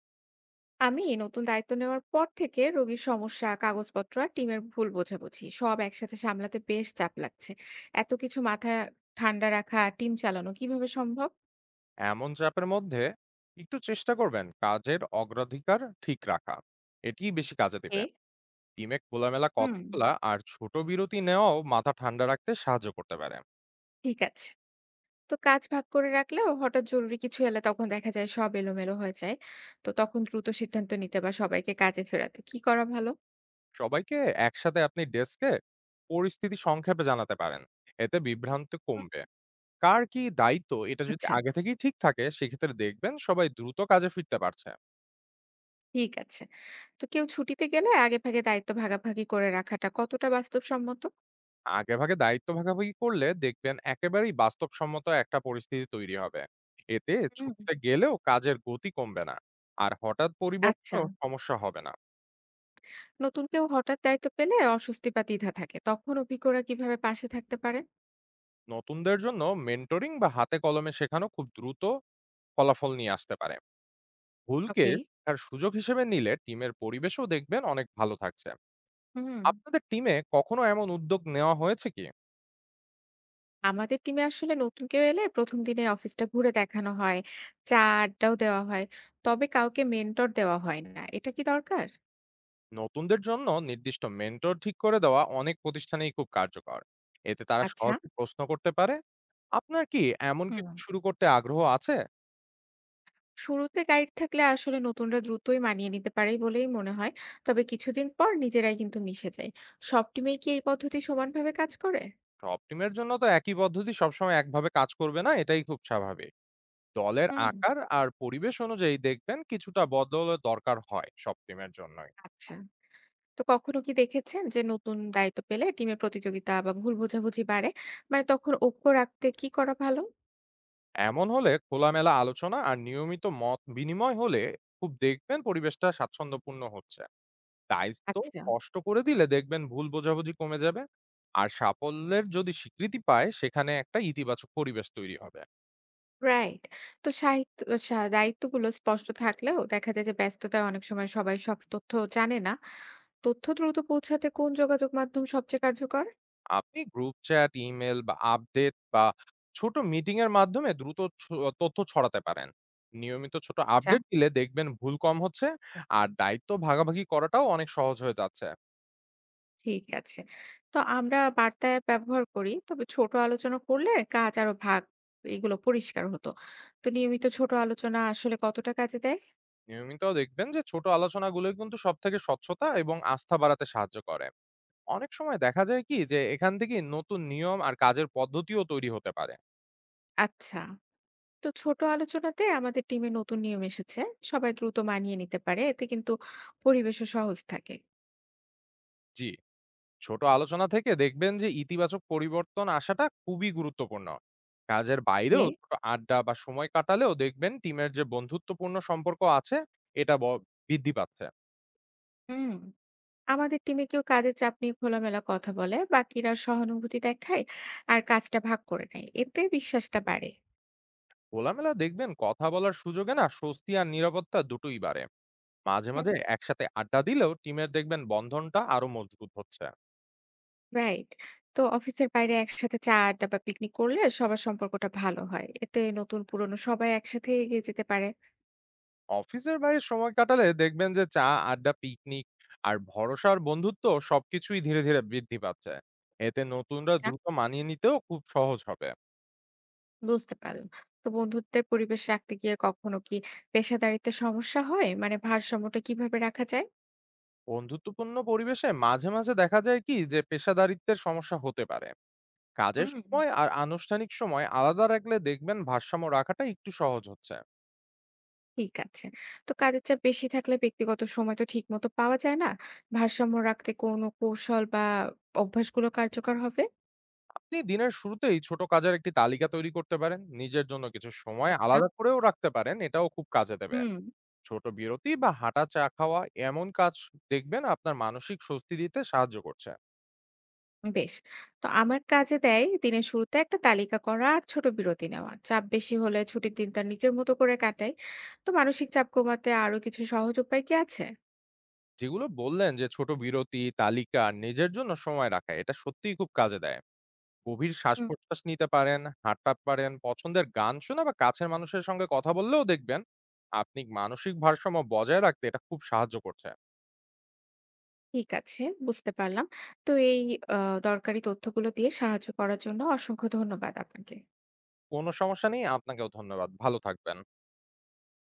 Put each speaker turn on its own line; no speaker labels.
আমি এই নতুন দায়িত্ব নেওয়ার পর থেকে রোগীর সমস্যা, কাগজপত্র আর টিমের ভুল বোঝাবুঝি সব একসাথে সামলাতে বেশ চাপ লাগছে। এত কিছু মাথা ঠান্ডা রাখা, টিম চালানো কিভাবে সম্ভব?
এমন চাপের মধ্যে একটু চেষ্টা করবেন কাজের অগ্রাধিকার ঠিক রাখা। এটি বেশি কাজে দেবে।
এ
টিমে খোলামেলা কথা
হুম,
বলা আর ছোট বিরতি নেওয়াও মাথা ঠান্ডা রাখতে সাহায্য করতে পারে।
ঠিক আছে। তো কাজ ভাগ করে রাখলেও হঠাৎ জরুরি কিছু এলে তখন দেখা যায় সব এলোমেলো হয়ে যায়। তো তখন দ্রুত সিদ্ধান্ত নিতে বা সবাইকে কাজে ফেরাতে কি করা ভালো?
সবাইকে একসাথে আপনি ডেস্কে পরিস্থিতি সংক্ষেপে জানাতে পারেন। এতে বিভ্রান্তি
হুম।
কমবে। কার কি দায়িত্ব এটা যদি
আচ্ছা,
আগে থেকেই ঠিক থাকে, সেক্ষেত্রে দেখবেন সবাই দ্রুত কাজে ফিরতে পারছে।
ঠিক আছে। তো কেউ ছুটিতে গেলে আগে ভাগে দায়িত্ব ভাগাভাগি করে রাখাটা কতটা বাস্তবসম্মত?
আগেভাগে দায়িত্ব ভাগাভাগি করলে দেখবেন একেবারেই বাস্তবসম্মত একটা পরিস্থিতি তৈরি হবে। এতে
হুম।
ছুটিতে গেলেও কাজের গতি কমবে না আর হঠাৎ
আচ্ছা,
পরিবর্তনও সমস্যা হবে না।
নতুন কেউ হঠাৎ দায়িত্ব পেলে অস্বস্তি বা দ্বিধা থাকে, তখন অভিজ্ঞরা কিভাবে পাশে থাকতে পারে?
নতুনদের জন্য মেন্টরিং বা হাতে কলমে শেখানো খুব দ্রুত ফলাফল নিয়ে আসতে পারে। ভুলকে
ওকে।
শেখার সুযোগ হিসেবে নিলে টিমের পরিবেশও দেখবেন অনেক ভালো থাকছে।
হুম।
আপনাদের টিমে কখনো এমন উদ্যোগ নেওয়া হয়েছে কি?
আমাদের টিমে আসলে নতুন কেউ এলে প্রথম দিনে অফিসটা ঘুরে দেখানো হয়, চা আড্ডাও দেওয়া হয়। তবে কাউকে মেন্টর দেওয়া হয় না, এটা কি দরকার?
নতুনদের জন্য নির্দিষ্ট মেন্টর ঠিক করে দেওয়া অনেক প্রতিষ্ঠানেই খুব কার্যকর। এতে তারা
আচ্ছা।
সহজে প্রশ্ন করতে পারে। আপনার কি এমন
হুম,
কিছু শুরু করতে আগ্রহ আছে?
শুরুতে গাইড থাকলে আসলে নতুনরা দ্রুতই মানিয়ে নিতে পারে বলেই মনে হয়। তবে কিছুদিন পর নিজেরাই কিন্তু মিশে যায়। সব টিমেই কি এই পদ্ধতি সমানভাবে কাজ করে?
সব টিমের জন্য তো একই পদ্ধতি সবসময় একভাবে কাজ করবে না, এটাই খুব স্বাভাবিক। দলের
হুম।
আকার আর পরিবেশ অনুযায়ী দেখবেন কিছুটা বদলের দরকার হয় সব টিমের জন্যই।
আচ্ছা, তো কখনো কি দেখেছেন যে নতুন দায়িত্ব পেলে টিমে প্রতিযোগিতা বা ভুল বোঝাবুঝি বাড়ে? মানে তখন ঐক্য রাখতে কি করা ভালো?
এমন হলে খোলামেলা আলোচনা আর নিয়মিত মত বিনিময় হলে খুব দেখবেন পরিবেশটা স্বাচ্ছন্দ্যপূর্ণ হচ্ছে। দায়িত্ব তো
আচ্ছা,
স্পষ্ট করে দিলে দেখবেন ভুল বোঝাবুঝি কমে যাবে। আর সাফল্যের যদি স্বীকৃতি পায়, সেখানে একটা ইতিবাচক পরিবেশ তৈরি হবে।
রাইট। তো সাহিত্য সা দায়িত্বগুলো স্পষ্ট থাকলেও দেখা যায় যে ব্যস্ততায় অনেক সময় সবাই সব তথ্য জানে না। তথ্য দ্রুত পৌঁছাতে কোন যোগাযোগ মাধ্যম সবচেয়ে কার্যকর?
আপনি গ্রুপ চ্যাট, ইমেল বা আপডেট বা ছোট মিটিং এর মাধ্যমে দ্রুত তথ্য ছড়াতে পারেন। নিয়মিত ছোট
আচ্ছা,
আপডেট দিলে দেখবেন ভুল কম হচ্ছে আর দায়িত্ব ভাগাভাগি করাটাও অনেক সহজ হয়ে যাচ্ছে।
ঠিক আছে। তো আমরা বার্তা অ্যাপ ব্যবহার করি। তবে ছোট আলোচনা করলে কাজ আরো ভাগ এগুলো পরিষ্কার হতো। তো নিয়মিত ছোট আলোচনা আসলে কতটা কাজে দেয়?
নিয়মিত দেখবেন যে ছোট আলোচনাগুলো কিন্তু সব থেকে স্বচ্ছতা এবং আস্থা বাড়াতে সাহায্য করে। অনেক সময় দেখা যায় কি যে এখান থেকে নতুন নিয়ম আর কাজের পদ্ধতিও তৈরি হতে পারে।
আচ্ছা। তো ছোট আলোচনাতে আমাদের টিমে নতুন নিয়ম এসেছে, সবাই দ্রুত মানিয়ে নিতে পারে, এতে কিন্তু পরিবেশও সহজ থাকে।
জি, ছোট আলোচনা থেকে দেখবেন যে ইতিবাচক পরিবর্তন আসাটা খুবই গুরুত্বপূর্ণ। কাজের
এ
বাইরেও ছোট আড্ডা বা সময় কাটালেও দেখবেন টিমের যে বন্ধুত্বপূর্ণ সম্পর্ক আছে এটা বৃদ্ধি পাচ্ছে।
হুম। আমাদের টিমে কেউ কাজের চাপ নিয়ে খোলামেলা কথা বলে, বাকিরা সহানুভূতি দেখায় আর কাজটা ভাগ করে নেয়, এতে বিশ্বাসটা বাড়ে।
খোলামেলা দেখবেন কথা বলার সুযোগে না স্বস্তি আর নিরাপত্তা দুটোই বাড়ে। মাঝে,
হুম,
মাঝে একসাথে আড্ডা দিলেও টিমের দেখবেন বন্ধনটা আরো মজবুত হচ্ছে।
রাইট। তো অফিসের বাইরে একসাথে চা আড্ডা বা পিকনিক করলে সবার সম্পর্কটা ভালো হয়, এতে নতুন পুরনো সবাই একসাথে এগিয়ে যেতে পারে।
অফিসের বাইরে সময় কাটালে দেখবেন যে চা আড্ডা পিকনিক আর ভরসার বন্ধুত্ব সবকিছুই ধীরে ধীরে বৃদ্ধি পাচ্ছে। এতে নতুনরা দ্রুত মানিয়ে নিতেও খুব সহজ হবে।
বুঝতে পারলাম। তো বন্ধুত্বের পরিবেশ রাখতে গিয়ে কখনো কি পেশাদারিত্বের সমস্যা হয়? মানে ভারসাম্যটা কিভাবে রাখা যায়?
বন্ধুত্বপূর্ণ পরিবেশে মাঝে মাঝে দেখা যায় কি যে পেশাদারিত্বের সমস্যা হতে পারে। কাজের
হুম।
সময় আর আনুষ্ঠানিক সময় আলাদা রাখলে দেখবেন ভারসাম্য রাখাটা একটু সহজ হচ্ছে।
ঠিক আছে। তো কাজের চাপ বেশি থাকলে ব্যক্তিগত সময় তো ঠিকমতো পাওয়া যায় না। ভারসাম্য রাখতে কোনো কৌশল বা অভ্যাসগুলো কার্যকর হবে?
আপনি দিনের শুরুতেই ছোট কাজের একটি তালিকা তৈরি করতে পারেন, নিজের জন্য কিছু সময়
আচ্ছা।
আলাদা করেও রাখতে পারেন, এটাও খুব কাজে দেবে।
হুম।
ছোট বিরতি বা হাঁটা, চা খাওয়া, এমন কাজ দেখবেন আপনার মানসিক স্বস্তি দিতে সাহায্য করছে।
বেশ। তো আমার কাজে দেয় দিনের শুরুতে একটা তালিকা করা আর ছোট বিরতি নেওয়া। চাপ বেশি হলে ছুটির দিনটা নিজের মতো করে কাটাই। তো মানসিক চাপ কমাতে আরো কিছু সহজ উপায় কি আছে?
যেগুলো বললেন যে ছোট বিরতি, তালিকা, নিজের জন্য সময় রাখা, এটা সত্যিই খুব কাজে দেয়। গভীর শ্বাস প্রশ্বাস নিতে পারেন, হাঁটতে পারেন, পছন্দের গান শোনা বা কাছের মানুষের সঙ্গে কথা বললেও দেখবেন আপনি মানসিক ভারসাম্য বজায় রাখতে এটা খুব সাহায্য করছে।
ঠিক আছে, বুঝতে পারলাম। তো এই আ দরকারি তথ্যগুলো দিয়ে সাহায্য করার জন্য অসংখ্য ধন্যবাদ আপনাকে।
কোনো সমস্যা নেই, আপনাকেও ধন্যবাদ, ভালো থাকবেন।